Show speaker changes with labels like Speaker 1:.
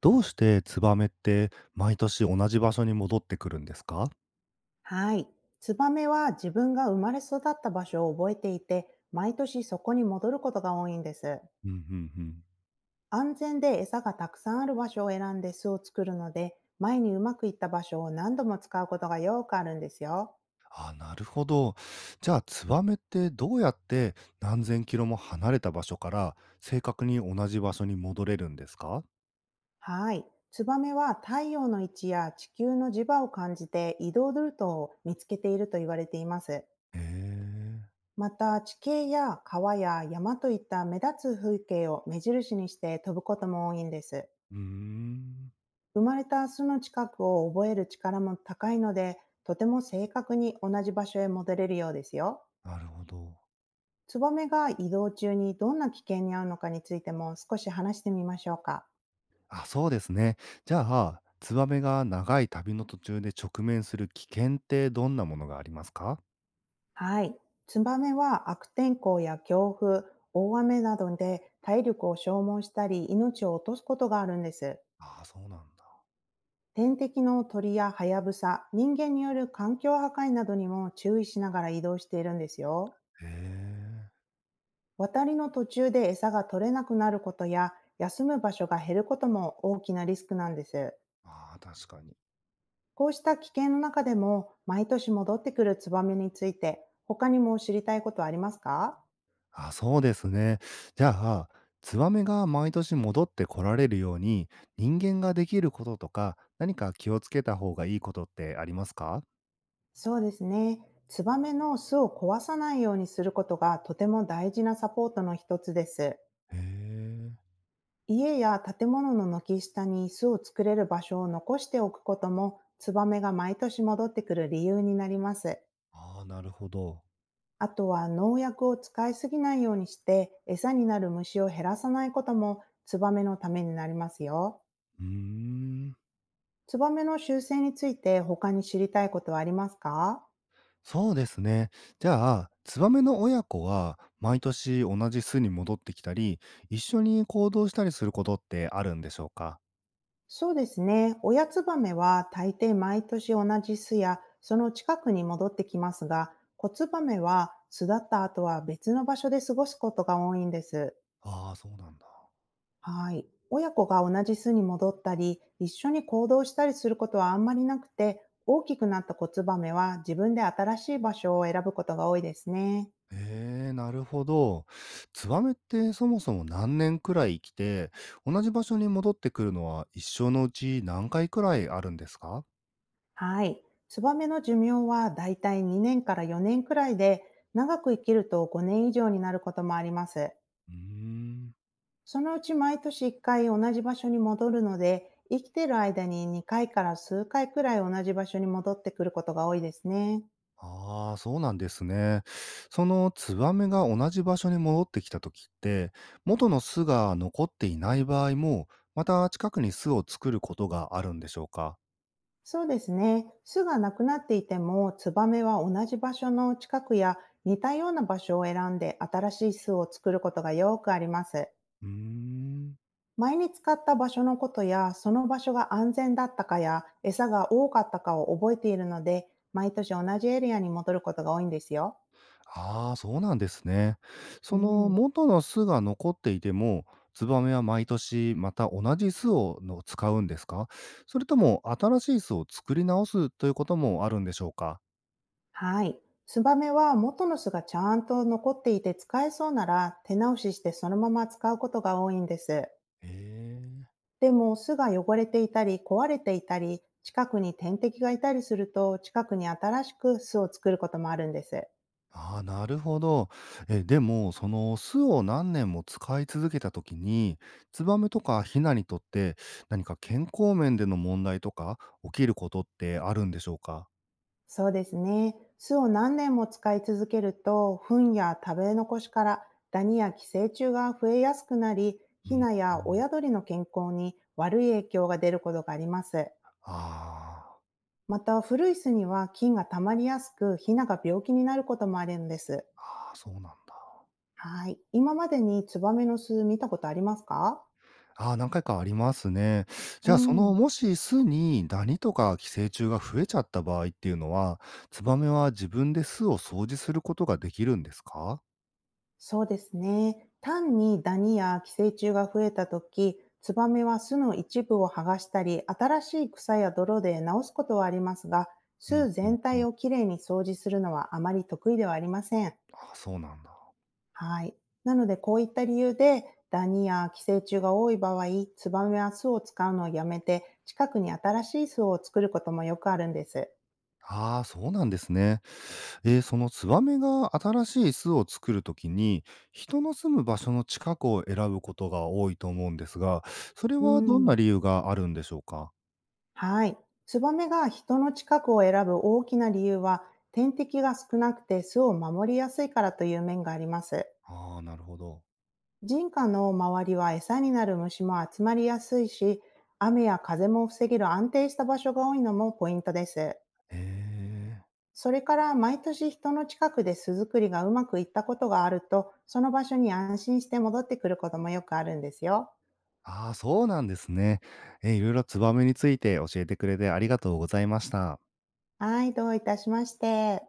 Speaker 1: どうしてツバメって毎年同じ場所に戻ってくるんですか？
Speaker 2: はい。ツバメは自分が生まれ育った場所を覚えていて、毎年そこに戻ることが多いんです。
Speaker 1: うんうんうん。
Speaker 2: 安全で餌がたくさんある場所を選んで巣を作るので、前にうまくいった場所を何度も使うことがよくあるんですよ。
Speaker 1: あ、なるほど。じゃあツバメってどうやって何千キロも離れた場所から正確に同じ場所に戻れるんですか？
Speaker 2: はい。ツバメは太陽の位置や地球の磁場を感じて移動ルートを見つけていると言われています。
Speaker 1: へえ。
Speaker 2: また、地形や川や山といった目立つ風景を目印にして飛ぶことも多いんです。
Speaker 1: うーん。
Speaker 2: 生まれた巣の近くを覚える力も高いので、とても正確に同じ場所へ戻れるようですよ。
Speaker 1: なるほど。
Speaker 2: ツバメが移動中にどんな危険に遭うのかについても少し話してみましょうか。
Speaker 1: あ、そうですね。じゃあツバメが長い旅の途中で直面する危険ってどんなものがありますか？
Speaker 2: はい。ツバメは悪天候や強風、大雨などで体力を消耗したり命を落とすことがあるんです。
Speaker 1: ああ、そうなんだ。
Speaker 2: 天敵の鳥やハヤブサ、人間による環境破壊などにも注意しながら移動しているんですよ。
Speaker 1: へえ。
Speaker 2: 渡りの途中で餌が取れなくなることや、休む場所が減ることも大きなリスクなんです。
Speaker 1: ああ、確かに。
Speaker 2: こうした危険の中でも、毎年戻ってくるツバメについて、他にも知りたいことはありますか？
Speaker 1: あ、そうですね。じゃあ、ツバメが毎年戻って来られるように、人間ができることとか、何か気をつけた方がいいことってありますか？
Speaker 2: そうですね。ツバメの巣を壊さないようにすることがとても大事なサポートの一つです。
Speaker 1: へえ。
Speaker 2: 家や建物の軒下に巣を作れる場所を残しておくことも、ツバメが毎年戻ってくる理由になります。
Speaker 1: ああ、なるほど。
Speaker 2: あとは、農薬を使いすぎないようにして餌になる虫を減らさないこともツバメのためになりますよ。
Speaker 1: うーん。
Speaker 2: ツバメの習性について他に知りたいことはありますか？
Speaker 1: そうですね。じゃあ、ツバメの親子は毎年同じ巣に戻ってきたり、一緒に行動したりすることってあるんでしょうか？
Speaker 2: そうですね。親ツバメは大抵毎年同じ巣やその近くに戻ってきますが、子ツバメは巣立った後は別の場所で過ごすことが多いんです。
Speaker 1: ああー、そうなんだ。
Speaker 2: はい。親子が同じ巣に戻ったり、一緒に行動したりすることはあんまりなくて、大きくなった子ツバメは自分で新しい場所を選ぶことが多いですね。
Speaker 1: へえ、なるほど。ツバメってそもそも何年くらい生きて、同じ場所に戻ってくるのは一生のうち何回くらいあるんですか？
Speaker 2: はい。ツバメの寿命はだいたい2年から4年くらいで、長く生きると5年以上になることもあります。
Speaker 1: うーん。
Speaker 2: そのうち毎年1回同じ場所に戻るので、生きている間に2回から数回くらい同じ場所に戻ってくることが多いですね。
Speaker 1: ああ、そうなんですね。そのツバメが同じ場所に戻ってきた時って、元の巣が残っていない場合も、また近くに巣を作ることがあるんでしょうか？
Speaker 2: そうですね。巣がなくなっていても、ツバメは同じ場所の近くや似たような場所を選んで新しい巣を作ることがよくあります。
Speaker 1: うーん。
Speaker 2: 前に使った場所のことや、その場所が安全だったかや、餌が多かったかを覚えているので、毎年同じエリアに戻ることが多いんですよ。
Speaker 1: ああ、そうなんですね。
Speaker 2: う
Speaker 1: その
Speaker 2: ん。
Speaker 1: 元の巣が残っていても、ツバメは毎年また同じ巣をの使うんですか？それとも新しい巣を作り直すということもあるんでしょうか？
Speaker 2: はい。ツバメは元の巣がちゃんと残っていて使えそうなら、手直ししてそのまま使うことが多いんです。
Speaker 1: ええ。
Speaker 2: でも、巣が汚れていたり壊れていたり、近くに天敵がいたりすると、近くに新しく巣を作ることもあるんです。
Speaker 1: ああ、なるほど。え、でも、その巣を何年も使い続けたときに、ツバメとかヒナにとって何か健康面での問題とか起きることってあるんでしょうか？
Speaker 2: そうですね。巣を何年も使い続けると、糞や食べ残しからダニや寄生虫が増えやすくなり、
Speaker 1: う
Speaker 2: ヒ
Speaker 1: ん
Speaker 2: ナ
Speaker 1: う
Speaker 2: や
Speaker 1: ん。
Speaker 2: 親鳥の健康に悪い影響が出ることがあります。
Speaker 1: あ。
Speaker 2: また、古い巣には菌が溜まりやすく、ヒナが病気になることもあるんです。
Speaker 1: あそうなんだ。
Speaker 2: はい。今までにツバメの巣見たことありますか？
Speaker 1: ああ、何回かありますね。
Speaker 2: う
Speaker 1: じゃあ、その、
Speaker 2: ん。
Speaker 1: もし巣にダニとか寄生虫が増えちゃった場合っていうのは、ツバメは自分で巣を掃除することができるんですか？
Speaker 2: そうですね。単にダニや寄生虫が増えたとき、ツバメは巣の一部を剥がしたり、新しい草や泥で直すことはありますが、
Speaker 1: う
Speaker 2: 巣
Speaker 1: んうん
Speaker 2: 全
Speaker 1: う
Speaker 2: 体
Speaker 1: ん。
Speaker 2: をきれいに掃除するのはあまり得意ではありません。
Speaker 1: ああ、そうなんだ。
Speaker 2: はい。なので、こういった理由で、ダニや寄生虫が多い場合、ツバメは巣を使うのをやめて、近くに新しい巣を作ることもよくあるんです。
Speaker 1: ああ、そうなんですね。えーそのツバメが新しい巣を作るときに、人の住む場所の近くを選ぶことが多いと思うんですが、それ
Speaker 2: う
Speaker 1: はどん
Speaker 2: ん。
Speaker 1: な理由があるんでしょうか？
Speaker 2: はい。ツバメが人の近くを選ぶ大きな理由は、天敵が少なくて巣を守りやすいからという面があります。
Speaker 1: ああー、なるほど。
Speaker 2: 人家の周りは餌になる虫も集まりやすいし、雨や風も防げる安定した場所が多いのもポイントです。
Speaker 1: へえ。
Speaker 2: それから、毎年人の近くで巣作りがうまくいったことがあると、その場所に安心して戻ってくることもよくあるんですよ。
Speaker 1: ああ、そうなんですね。え、いろいろツバメについて教えてくれてありがとうございました。
Speaker 2: はい、どういたしまして。